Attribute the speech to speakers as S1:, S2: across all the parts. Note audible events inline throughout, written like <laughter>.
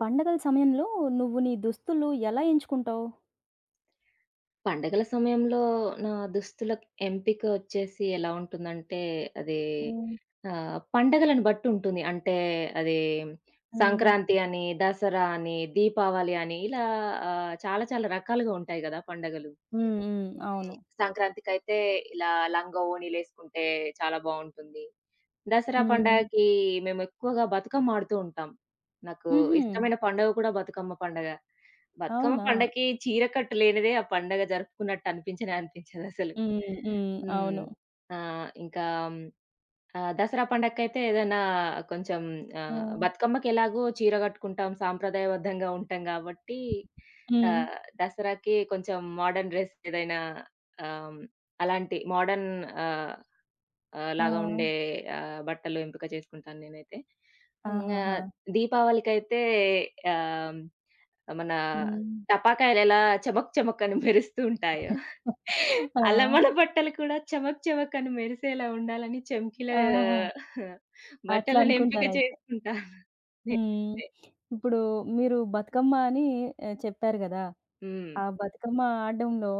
S1: పండగల సమయంలో నువ్వు నీ దుస్తులు ఎలా ఎంచుకుంటావు?
S2: పండగల సమయంలో నా దుస్తుల ఎంపిక వచ్చేసి ఎలా ఉంటుందంటే, అది
S1: హ్మ్.
S2: పండగలను బట్టి ఉంటుంది. అంటే అది
S1: హ్మ్.
S2: సంక్రాంతి అని, దసరా అని, దీపావళి అని ఇలా చాలా చాలా రకాలుగా ఉంటాయి గదా! పండగలు.
S1: హ్మ్. హ్మ్.
S2: హ్మ్.
S1: అవును.
S2: సంక్రాంతికైతే ఇలా లంగా ఓణీలేసుకుంటే చాలా బావుంటుంది. దసరా
S1: హ్మ్.
S2: పండగకి మేమెక్కువగా బతుకమ్మ ఆడుతూ ఉంటాం. నాకు
S1: హుహు.
S2: ఇష్టమైన పండుగ కూడా బతుకమ్మ పండగ. బతుకమ్మ
S1: అవునా?
S2: పండగకి చీర కట్టు లేనిదే ఆ పండగ జరుపుకున్నట్టు అనిపించనే అనిపించదసలు.
S1: హ్మ్. హ్మ్.
S2: హ్మ్.
S1: అవును.
S2: ఆహ్, ఇంకా హ్మ్, ఆహ్, దసరా పండగకైతే ఏదైనా కొంచెం
S1: ఆ!
S2: బతుకమ్మకెలాగో చీర కట్టుకుంటాం, సాంప్రదాయబద్ధంగా ఉంటాం గాబట్టి
S1: హ్మ్.
S2: ఆహ్, దసరాకి కొంచెం మోడర్న్ డ్రెస్ ఏదైనా ఆహ్, అలాంటి మోడర్న్ ఆహ్ ఆహ్,
S1: ఆ!
S2: లాగా ఉండే బట్టలు ఎంపిక చేసుకుంటాను నేనైతే. ఇంగ
S1: ఆహాహా!
S2: దీపావళికైతే ఆహ్, మన
S1: హ్మ్.
S2: టపాకాయలెలా చమక్ చమక్ అని మెరుస్తూ ఉంటాయో,
S1: ఆ!
S2: అలా మన బట్టలు కూడా చమక్ చమక్ అని మెరిసేలా ఉండాలని చమ్కీల
S1: ఆహా! అట్లా
S2: బట్టలను ఎంపిక
S1: అనుకుంటారయితే.
S2: చేసుకుంటాను
S1: హ్మ్.
S2: నేనైతే.
S1: ఇప్పుడు మీరు బతుకమ్మ అని చెప్పారు గదా!
S2: హ్మ్.
S1: ఆ బతుకమ్మ ఆడడంలో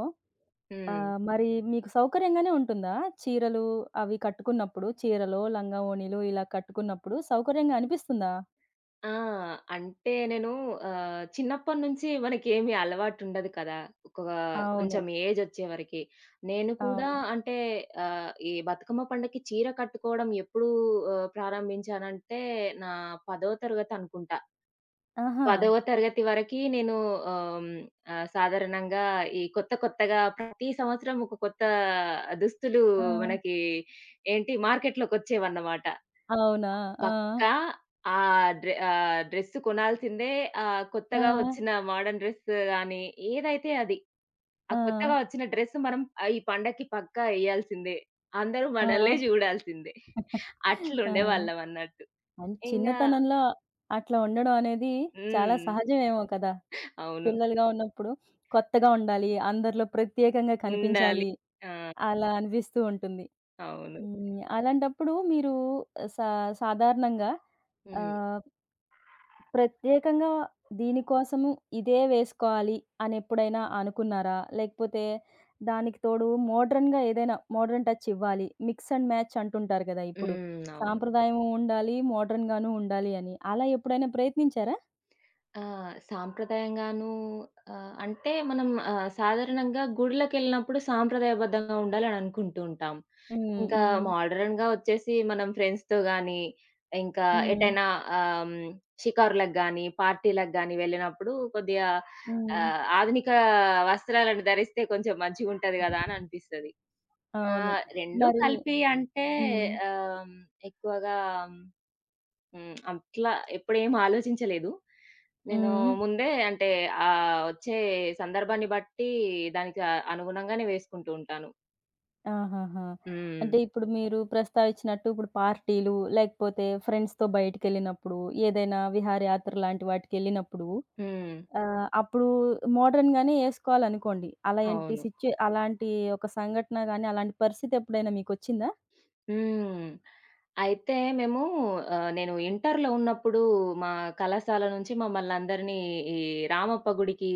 S1: ఆ!
S2: హ్మ్.
S1: మరి మీకు సౌకర్యంగానే ఉంటుందా? చీరలు అవి కట్టుకున్నప్పుడు చీరలో, లంగా ఓణీలు ఇలా కట్టుకున్నప్పుడు సౌకర్యంగా అనిపిస్తుందా?
S2: ఆ! అంటే నేను చిన్నప్పటినుంచి మనకేమి అలవాటుండదు కదా! ఒక
S1: అవును.
S2: కొంచెం ఏజొచ్చే వరకి. నేను కూడా
S1: అవును.
S2: అంటే ఈ బతుకమ్మ పండక్కి చీర కట్టుకోవడం ఎప్పుడు ప్రారంభించానంటే నా 10వ తరగతి అనుకుంటా.
S1: ఆహా!
S2: 10వ తరగతి వరకి నేను ఆహ్, హ్మ్, సాధారణంగా ఈ కొత్త కొత్తగా ప్రతి సంవత్సరం ఒక కొత్త దుస్తులు
S1: ఆ!
S2: మనకి ఏంటి మార్కెట్‌లోకొచ్చేవన్నమాట.
S1: అవునా? ఆ!
S2: పక్కా డ్రెస్ కొనాల్సిందే. కొత్తగా
S1: ఆ!
S2: వచ్చిన మోడర్న్ డ్రెస్ గాని, ఏదైతే అది. ఆ
S1: ఆ!
S2: కొత్తగా వచ్చిన డ్రెస్ మనం ఈ పండక్కి పక్కా ఎయ్యాల్సిందే. అందరూ
S1: ఆ!
S2: మనల్నే జూడాల్సిందే.
S1: ఆ!
S2: అట్లుండేవాళ్ళమన్నట్టు. ఇంగా
S1: చిన్నతనంలో అట్లా ఉండడం అనేది చాలా
S2: హ్మ్.
S1: సహజమేమో కదా!
S2: అవును.
S1: పిల్లలుగా ఉన్నప్పుడు కొత్తగా ఉండాలి, అందరిలో ప్రత్యేకంగా
S2: ఉండాలి.
S1: కనిపించాలి
S2: ఆ!
S1: అలా అనిపిస్తూ ఉంటుంది.
S2: అవును.
S1: హ్మ్. అలాంటప్పుడు మీరు సా సాధారణంగా
S2: హ్మ్.
S1: ఆహ్ ప్రత్యేకంగా దీనికోసము ఇదే వేసుకోవాలి అని ఎప్పుడైనా అనుకున్నారా? లేకపోతే దానికి తోడు మోడ్రన్‌గా ఏదైనా మోడ్రన్ టచ్ ఇవ్వాలి. మిక్స్ అండ్ మ్యాచ్ అంటుంటారు గదా! ఇప్పుడు.
S2: హ్మ్. అవును.
S1: సాంప్రదాయం ఉండాలి, మోడ్రన్‌గాను ఉండాలి అని. అలా ఎప్పుడైనా ప్రయత్నించారా?
S2: ఆ! సాంప్రదాయంగాను అంటే మనం సాధారణంగా గుడిలకెళ్ళినప్పుడు సాంప్రదాయబద్ధంగా ఉండాలని అనుకుంటూ ఉంటాం.
S1: హ్మ్.
S2: ఇంకా
S1: హ్మ్.
S2: మోడర్న్‌గా వచ్చేసి మనం ఫ్రెండ్స్‌తో గాని, ఇంకా
S1: హ్మ్.
S2: ఎటైనా ఆహ్, హ్మ్, షికారులకు గాని, పార్టీలకు గాని వెళ్ళినప్పుడు కొద్దిగా
S1: హ్మ్.
S2: ఆధునిక వస్త్రాలను ధరిస్తే కొంచెం మంచిగుంటది గదా! అని అనిపిస్తది. ఆ!
S1: అవును.
S2: 2
S1: మరి
S2: కలిపి అంటే
S1: హ్మ్.
S2: ఆహ్, ఎక్కువగా అట్లా ఎప్పుడేం ఆలోచించలేదు. నేను
S1: హ్మ్.
S2: ముందే అంటే వచ్చే సందర్భాన్ని బట్టి దానికి అనుగుణంగానే వేసుకుంటూ ఉంటాను.
S1: ఆహాహా!
S2: హ్మ్.
S1: అంటే ఇప్పుడు మీరు ప్రస్తావించినట్టు ఇప్పుడు పార్టీలు, లేకపోతే ఫ్రెండ్స్‌తో బయటికెళ్ళినప్పుడు, ఏదైనా విహారయాత్ర లాంటి వాటికెళ్ళినప్పుడు
S2: హ్మ్.
S1: అప్పుడు మోడర్న్‌గానే యేసుకోవాలనుకోండి. అలా ఏంటి
S2: అవును.
S1: సిచ్యు అలాంటి ఒక సంఘటన గాని, అలాంటి పరిస్థితి ఎప్పుడైనా మీకొచ్చిందా?
S2: హ్మ్. అయితే మేము నేను ఇంటర్‌లో ఉన్నప్పుడు మా కళాశాల నుంచి మమ్మల్నందరినీ ఈ రామప్ప గుడికి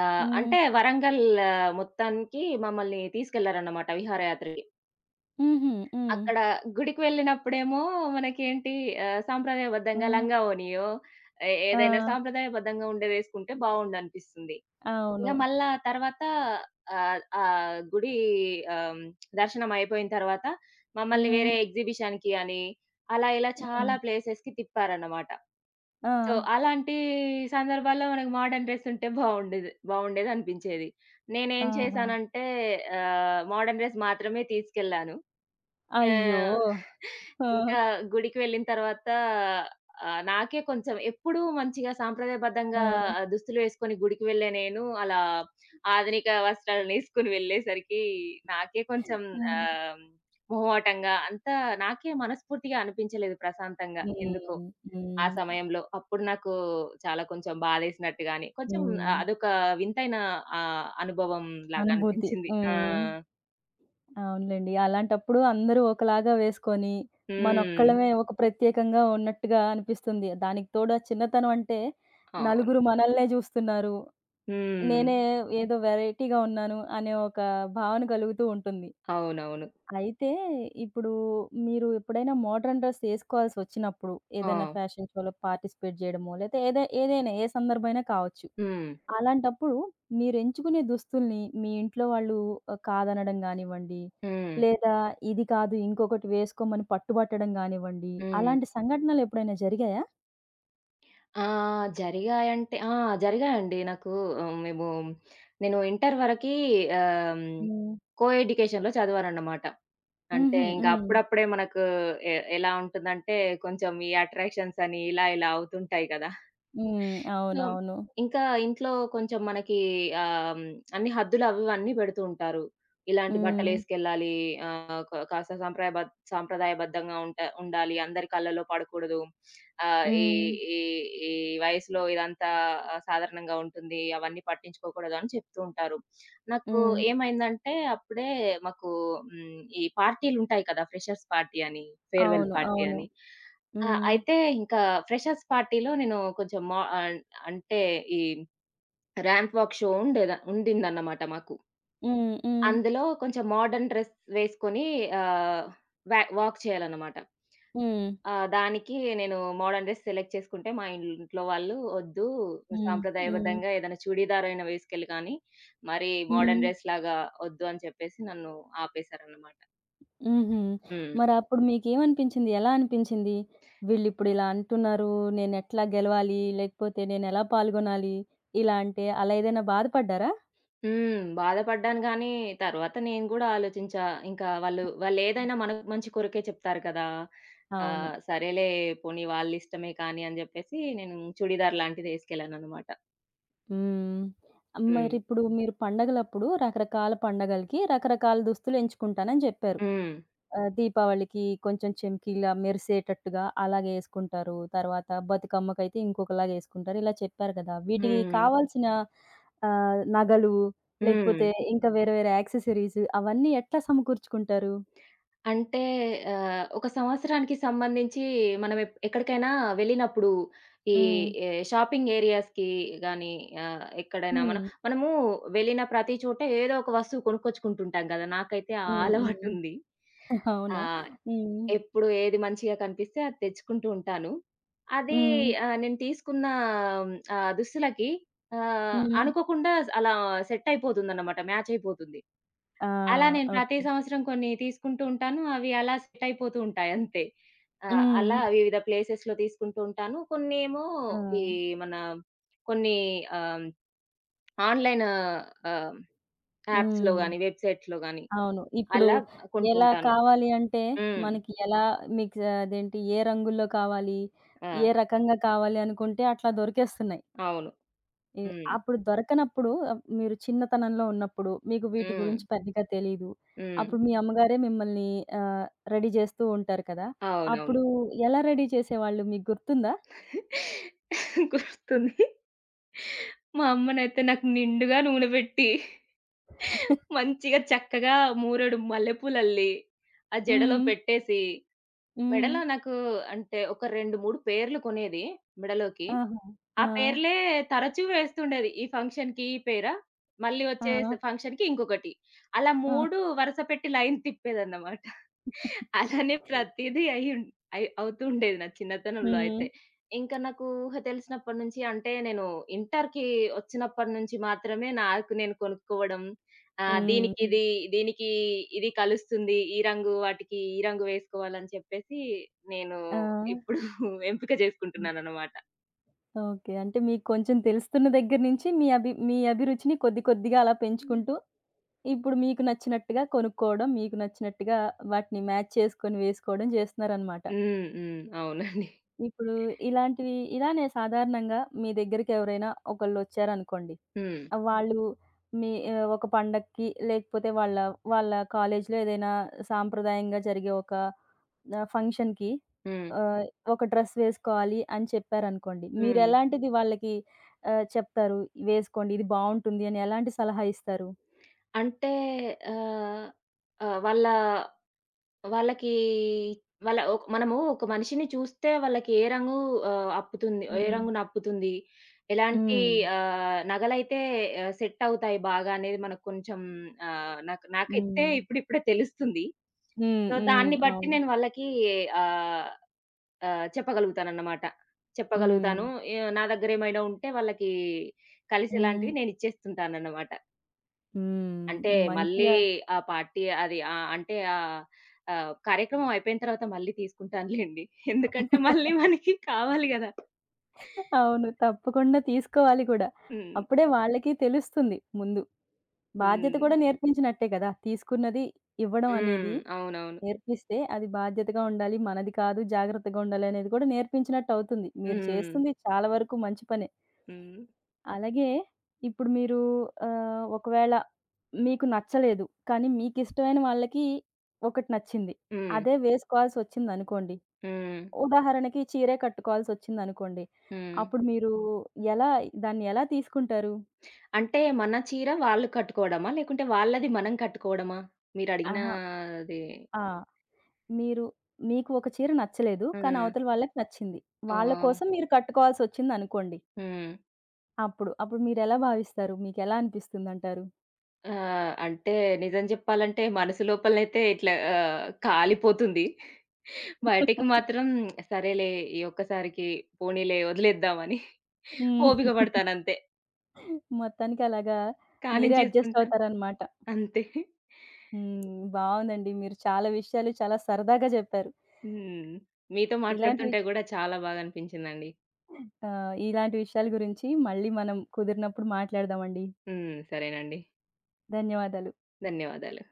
S1: హ్మ్.
S2: అంటే వరంగల్ ఆ, మొత్తానికి మమ్మల్ని తీసుకెళ్లారన్నమాట విహారయాత్రకి.
S1: హుహు. హ్మ్.
S2: అక్కడ గుడికి వెళ్ళినప్పుడేమో మనకేంటి
S1: ఆ!
S2: సాంప్రదాయబద్ధంగా లంగా ఓణియో, ఏ
S1: ఆ!
S2: ఏదైనా సాంప్రదాయబద్ధంగా ఉండేదేసుకుంటే బావుండనిపిస్తుంది.
S1: అవును.
S2: ఇంగ మళ్ళా తర్వాత ఆహ్, ఆహ్, గుడి ఆహ్, హ్మ్, దర్శనం అయిపోయిన తర్వాత మమ్మల్ని వేరే
S1: హ్మ్.
S2: ఎగ్జిబిషన్‌కి అని, అలా ఇలా
S1: హ్మ్.
S2: చాలా ప్లేసెస్‌కి తిప్పారన్నమాట.
S1: ఆ!
S2: సో, అలాంటి సందర్భాల్లో మనకు మోడర్న్ డ్రెస్ ఉంటే బావుండేదనిపించేది. నేనేం
S1: ఆహా!
S2: చేశానంటే మోడర్న్ డ్రెస్ మాత్రమే తీసుకెళ్ళాను. ఆ!
S1: అయ్యో! ఆ!
S2: ఇంకా గుడికి వెళ్ళిన తర్వాత నాకే కొంచెం ఎప్పుడూ మంచిగా
S1: ఆ!
S2: సాంప్రదాయబద్ధంగా
S1: ఆ!
S2: దుస్తులు వేసుకొని గుడికి వెళ్ళే నేను అలా ఆధునిక వస్త్రాలను ఏసుకొని వెళ్ళేసరికి నాకే కొంచెం
S1: హ్మ్.
S2: ఆహ్, మొహమాటంగా అంతా నాకే మనస్ఫూర్తిగా అనిపించలేదు ప్రశాంతంగా ఎందుకో ఆ
S1: హ్మ్.
S2: సమయంలో. అప్పుడు నాకు చాలా కొంచెం బాధేసినట్టు గాని, కొంచెం
S1: హ్మ్.
S2: అదొక వింతైన అనుభవం లాగా
S1: అనుభూతి.
S2: అనిపించింది. ఆ!
S1: హ్మ్. అవునులెండి. అలాంటప్పుడు అందరూ ఒకలాగా వేసుకొని,
S2: హ్మ్.
S1: మనొక్కళ్ళమే ఒక ప్రత్యేకంగా ఉన్నట్టుగా అనిపిస్తుంది. దానికి తోడు ఆ చిన్నతనం అంటే,
S2: అవును.
S1: నలుగురు మనల్నే జూస్తున్నారు.
S2: హ్మ్.
S1: నేనే ఏదో వెరైటీగా ఉన్నాను అనే ఒక భావన కలుగుతూ ఉంటుంది.
S2: అవునవును.
S1: అయితే ఇప్పుడు మీరు ఎప్పుడైనా మోడర్న్ డ్రెస్ ఏసుకోవాల్సొచ్చినప్పుడు,
S2: ఆ!
S1: ఏదైనా ఫ్యాషన్ షోలో పార్టిసిపేట్ జేయడమో, లేతే ఏదైనా ఏ సందర్భమైనా కావచ్చు.
S2: హ్మ్.
S1: అలాంటప్పుడు మీరెంచుకునే దుస్తుల్ని మీ ఇంట్లో వాళ్ళు కాదనడం గానివ్వండి,
S2: హ్మ్.
S1: లేదా ఇది కాదు ఇంకొకటి వేసుకోమని పట్టుబట్టడం గానివ్వండి,
S2: హ్మ్.
S1: అలాంటి సంఘటనలెప్పుడైనా జరిగాయా?
S2: ఆ! జరిగాయంటే ఆ! జరిగాయండి. నాకు ఆహ్, మేము నేను ఇంటర్ వరకి ఆహ్,
S1: హ్మ్.
S2: కో ఎడ్యుకేషన్‌లో చదివానన్నమాట. అంటే
S1: హుహు.
S2: ఇంక
S1: హ్మ్.
S2: అప్పుడప్పుడే మనకు ఎలా ఉంటుందంటే కొంచెం ఈ అట్రాక్షన్స్ అని ఇలా ఇలా అవుతుంటాయి కదా!
S1: హ్మ్.
S2: సో,
S1: అవునవును.
S2: ఇంకా ఇంట్లో కొంచెం మనకి ఆహ్, హ్మ్, అన్ని హద్దులు అవి ఇవన్నీ పెడుతూ ఉంటారు. ఇలాంటి
S1: హ్మ్.
S2: బట్టలేసుకెళ్ళాలి. ఆహ్, క కాస్త సాంప్రదాయబద్ధంగా ఉండాలి. అందరి కళ్ళలో పడకూడదు. ఆహ్, ఈ
S1: హ్మ్.
S2: ఈ ఈ వయసులో ఇదంతా సాధారణంగా ఉంటుంది. అవన్నీ పట్టించుకోకూడదు అని చెప్తూ ఉంటారు. నాకు
S1: హ్మ్.
S2: ఏమైందంటే అప్పుడే మాకు ఈ పార్టీలుంటాయి కదా! ఫ్రెషర్స్ పార్టీ అని, ఫేర్‌వెల్
S1: అవును.
S2: పార్టీ
S1: అవును.
S2: అని. ఆ!
S1: హ్మ్.
S2: అయితే ఇంకా ఫ్రెషర్స్ పార్టీలో నేను కొంచెం మా అంటే ఈ రాంప్ వాక్ షో ఉండిందన్నమాట మాకు.
S1: హ్మ్. హ్మ్.
S2: అందులో కొంచెం మోడర్న్ డ్రెస్ వేసుకొని ఆహ్, వా వాక్ చేయాలన్నమాట.
S1: హ్మ్.
S2: దానికి నేను మోడర్న్ డ్రెస్ సెలెక్ట్ చేసుకుంటే మా ఇంట్లో వాళ్ళు "ఒద్దు
S1: హ్మ్. హ్మ్.
S2: సాంప్రదాయబద్ధంగా ఏదైనా చూడీదార్ అయినా వేసుకెళ్ళు కానీ, మరి మోడర్న్
S1: హ్మ్.
S2: డ్రెస్‌లాగా ఒద్దు" అని చెప్పేసి నన్ను ఆపేశారన్నమాట.
S1: హుహు.
S2: హ్మ్.
S1: మరప్పుడు మీకేమనిపించింది? ఎలా అనిపించింది? వీళ్ళిప్పుడిలా అంటున్నారు, నేనెట్లా గెలవాలి? లేకపోతే నేనెలా పాల్గొనాలి? ఇలా అంటే అలా ఏదైనా బాధపడ్డారా?
S2: హ్మ్. బాధపడ్డాను గానీ, తర్వాత నేను గూడా ఆలోచించా. ఇంకా వాళ్ళేదైనా మన మంచి కొరకే చెప్తారు కదా!
S1: అవును.
S2: సరేలే పోనీ వాళ్ళిష్టమే కానీ అని జెప్పేసి నేను చుడీదార్ లాంటిదేసుకెళ్ళాననమాట.
S1: హ్మ్.
S2: హ్మ్.
S1: మరిప్పుడు మీరు పండగలప్పుడు రకరకాల పండగలకి రకరకాల దుస్తులు ఎంచుకుంటానని జెప్పారు.
S2: హ్మ్.
S1: దీపావళికి కొంచెం చమ్కీలా మెరిసేటట్టుగా అలాగేసుకుంటారు. తర్వాత బతుకమ్మకైతే ఇంకొకలాగేసుకుంటారు. ఇలా చెప్పారు కదా! వీటికి
S2: హ్మ్.
S1: కావాల్సిన నగలు
S2: హ్మ్.
S1: లేకపోతే ఇంకా వేరే వేరే యాక్సెసరీస్ అవన్నీ ఎట్లా సమకూర్చుకుంటారు?
S2: అంటే ఒక సంవత్సరానికి సంబంధించి మనం ఎక్కడికైనా వెళ్ళినప్పుడు ఈ
S1: హ్మ్.
S2: ఎ షాపింగ్ ఏరియాస్‌కి గాని ఎక్కడైనా మనం
S1: హ్మ్.
S2: మనము వెళ్ళిన ప్రతి చోట ఏదో ఒక వస్తువు కొనుక్కొచ్చుకుంటుంటాం కదా! నాకైతే ఆ
S1: హ్మ్. హ్మ్.
S2: అలవాటుంది. ఆ!
S1: అవునా? హ్మ్.
S2: ఎప్పుడు ఏది మంచిగా కనిపిస్తే అది తెచ్చుకుంటూ ఉంటాను. అది
S1: హ్మ్.
S2: నేను తీసుకున్న దుస్తులకి
S1: హ్మ్.
S2: అనుకోకుండా అలా సెట్ అయిపోతుందన్నమాట. మ్యాచ్ అయిపోతుంది.
S1: ఆ!
S2: అలా నేను ప్రతి
S1: ఓకే.
S2: సంవత్సరం కొన్ని తీసుకుంటూ ఉంటాను. అవి అలా సెట్ అయిపోతూ ఉంటాయి అంతే.
S1: హ్మ్.
S2: అలా వివిధ ప్లేసెస్‌లో తీసుకుంటూ ఉంటాను. కొన్నేమో
S1: ఆ!
S2: ఈ మన కొన్ని ఆహ్, ఆన్‌లైన్ ఆహ్, యాప్స్‌లో
S1: హ్మ్.
S2: గాని, వెబ్‌సైట్స్‌లో గాని
S1: అవును. ఇప్పుడు
S2: అలా కొంటూ
S1: ఎలా
S2: ఉంటాను.
S1: కావాలి అంటే,
S2: హ్మ్.
S1: మనకి ఎలా మీకు అదేంటి ఏ రంగుల్లో కావాలి,
S2: ఆ!
S1: ఏ రకంగా కావాలి అనుకుంటే అట్లా దొరికేస్తున్నాయి.
S2: అవును.
S1: ఎ
S2: హ్మ్.
S1: అప్పుడు దొరకనప్పుడు మీరు చిన్నతనంలో ఉన్నప్పుడు మీకు వీటి
S2: హ్మ్.
S1: గురించి పెద్దగా తెలీదు.
S2: హ్మ్.
S1: అప్పుడు మీ అమ్మగారే మిమ్మల్ని ఆహ్, రెడీ చేస్తూ ఉంటారు కదా!
S2: అవునవును.
S1: అప్పుడు ఎలా రెడీ చేసేవాళ్ళు మీకు గుర్తుందా?
S2: <laughs> గుర్తుంది. మా అమ్మనైతే నాకు నిండుగా నూనె పెట్టి మంచిగా చక్కగా మూరెడు మల్లెపూలల్లి, ఆ జడలో
S1: హ్మ్.
S2: పెట్టేసి,
S1: హ్మ్.
S2: మెడలో నాకు అంటే ఒక 2, 3 పేర్లు కొనేది మెడలోకి.
S1: ఆహా! ఆ!
S2: ఆ పేర్లే తరచూ వేస్తుండేది. ఈ ఫంక్షన్‌కి ఈ పేరా, మళ్ళీ వచ్చే
S1: ఆ!
S2: ఫంక్షన్‌కి ఇంకొకటి. అలా
S1: ఆ!
S2: 3 వరుస పెట్టి లైన్ తిప్పేదన్నమాట. అలానే ప్రతీదీ అయ్యుం అయ్ అవుతుండేది నా చిన్నతనంలో
S1: హ్మ్.
S2: అయితే. ఇంకా నాకు ఊహ తెలిసినప్పటి నుంచి అంటే నేను ఇంటర్‌కి వచ్చినప్పటి నుంచి మాత్రమే నాకు నేను కొనుక్కోవడం,
S1: హ్మ్.
S2: దీనికిది, దీనికి ఇది కలుస్తుంది. ఈ రంగు వాటికి ఈ రంగు వేసుకోవాలని చెప్పేసి నేను
S1: ఆ!
S2: ఇప్పుడు <laughs> ఎంపిక చేసుకుంటున్నానన్నమాట.
S1: ఓకే. అంటే మీకు కొంచెం తెలుస్తున్న దగ్గర నుంచి మీ అభిరుచిని కొద్ది కొద్దిగా అలా పెంచుకుంటూ, ఇప్పుడు మీకు నచ్చినట్టుగా కొనుక్కోవడం, మీకు నచ్చినట్టుగా వాటిని మ్యాచ్ చేసుకొని వేసుకోవడం జేస్తున్నారనమాట.
S2: హ్మ్. హ్మ్. అవునండి.
S1: ఇప్పుడు ఇలాంటివి ఇలానే సాధారణంగా మీ దగ్గరికి ఎవరైనా ఒకళ్ళొచ్చారనుకోండి.
S2: హ్మ్.
S1: వాళ్ళు మీ ఒక పండక్కి లేకపోతే వాళ్ళ కాలేజీలో ఏదైనా సాంప్రదాయంగా జరిగే ఒక ఆ! ఫంక్షన్‌కి
S2: హ్మ్.
S1: ఆహ్, ఒక డ్రెస్ వేసుకోవాలి అని చెప్పారనుకోండి.
S2: హ్మ్.
S1: మీరెలాంటిది వాళ్ళకి చెప్తారు? వేసుకోండి ఇది బావుంటుంది అని ఎలాంటి సలహా ఇస్తారు?
S2: అంటే ఆహ్, ఆహ్, వాళ్ళకి వాళ్ళ ఒక మనము ఒక మనిషిని చూస్తే వాళ్ళకి ఏ రంగు అప్పుతుంది, ఏ
S1: హ్మ్.
S2: రంగు నప్పుతుంది, ఎలాంటి
S1: హ్మ్.
S2: నగలైతే సెట్ అవుతాయి బాగా అనేది మనకు కొంచెం నాకైతే
S1: హ్మ్.
S2: ఇప్పుడిప్పుడే తెలుస్తుంది.
S1: హ్మ్.
S2: సో,
S1: హ్మ్.
S2: దాన్ని బట్టి
S1: అవును.
S2: నేను వాళ్ళకి ఆహ్ ఆహ్, చెప్పగలుగుతానన్నమాట.
S1: హ్మ్.
S2: చెప్పగలుగుతాను. నా దగ్గరేమైనా ఉంటే వాళ్ళకి
S1: హ్మ్.
S2: కలిసేలాంటివి నేనిచ్చేస్తుంటానన్నమాట.
S1: హ్మ్.
S2: అంటే మళ్ళీ
S1: మంచిగా
S2: ఆ పార్టీ అది ఆహ్, అంటే ఆహ్, ఆహ్, కార్యక్రమం అయిపోయిన తర్వాత మళ్ళీ తీసుకుంటానులెండి. ఎందుకంటే మళ్ళీ
S1: <laughs>
S2: మనకి కావాలి గదా!
S1: అవును. తప్పకుండా తీసుకోవాలి కూడా.
S2: హ్మ్.
S1: అప్పుడే వాళ్ళకి తెలుస్తుంది ముందు. బాధ్యత
S2: హ్మ్.
S1: కూడా నేర్పించినట్టే కదా! తీసుకున్నది ఇవ్వడం అనేది.
S2: హ్మ్. అవునవును.
S1: నేర్పిస్తే అది బాధ్యతగా ఉండాలి. మనది కాదు, జాగ్రత్తగా ఉండాలి అనేది కూడా నేర్పించినట్టవుతుంది. మీరు
S2: హ్మ్.
S1: చేస్తుంది చాలా వరకు మంచి పనే.
S2: హ్మ్.
S1: అలాగే ఇప్పుడు మీరు ఒకవేళ మీకు నచ్చలేదు. కానీ మీకిష్టమైన వాళ్ళకి ఒకటి నచ్చింది.
S2: హ్మ్.
S1: అదే వేసుకోవాల్సొచ్చిందనుకోండి.
S2: హ్మ్.
S1: ఉదాహరణకి చీరే కట్టుకోవాల్సొచ్చిందనుకోండి.
S2: హ్మ్.
S1: అప్పుడు మీరు ఎలా దాన్ని ఎలా తీసుకుంటారు?
S2: అంటే మన చీర వాళ్ళు కట్టుకోవడమా? లేకుంటే వాళ్ళది మనం కట్టుకోవడమా? మీరడిగినా
S1: ఆహా!
S2: అది
S1: ఆ! మీరు మీకు ఒక చీర నచ్చలేదు.
S2: ఆ!
S1: కానీ అవతల వాళ్ళకి నచ్చింది.
S2: ఆ!
S1: వాళ్ళ కోసం మీరు కట్టుకోవాల్సొచ్చిందనుకోండి.
S2: హ్మ్.
S1: అప్పుడు మీరెలా భావిస్తారు? మీకెలా అనిపిస్తుందంటారు?
S2: ఆ! అంటే నిజం జెప్పాలంటే మనసు లోపలనైతే ఇట్లా కాలిపోతుంది. బయటికి మాత్రం సరేలే ఈ ఒక్కసారికి పోనీలే వదిలేద్దామని
S1: హ్మ్.
S2: ఓపిక పడతానంతే.
S1: మొత్తానికి అలాగా మీరే అడ్జస్ట్
S2: కానించేస్తుంటాను.
S1: అవుతారనమాట.
S2: అంతే.
S1: హ్మ్. బావుందండి. మీరు చాలా విషయాలు చాలా సరదాగా జెప్పారు.
S2: హ్మ్. మీతో
S1: ఇలాంటి
S2: మాట్లాడుతుంటే
S1: విష్
S2: గూడా చాలా బాగా అనిపించిందండి.
S1: ఇలాంటి విషయాల గురించి మళ్ళీ మనం కుదిరినప్పుడు మాట్లాడదామండి.
S2: హ్మ్. సరేనండి.
S1: ధన్యవాదాలు.
S2: ధన్యవాదాలు.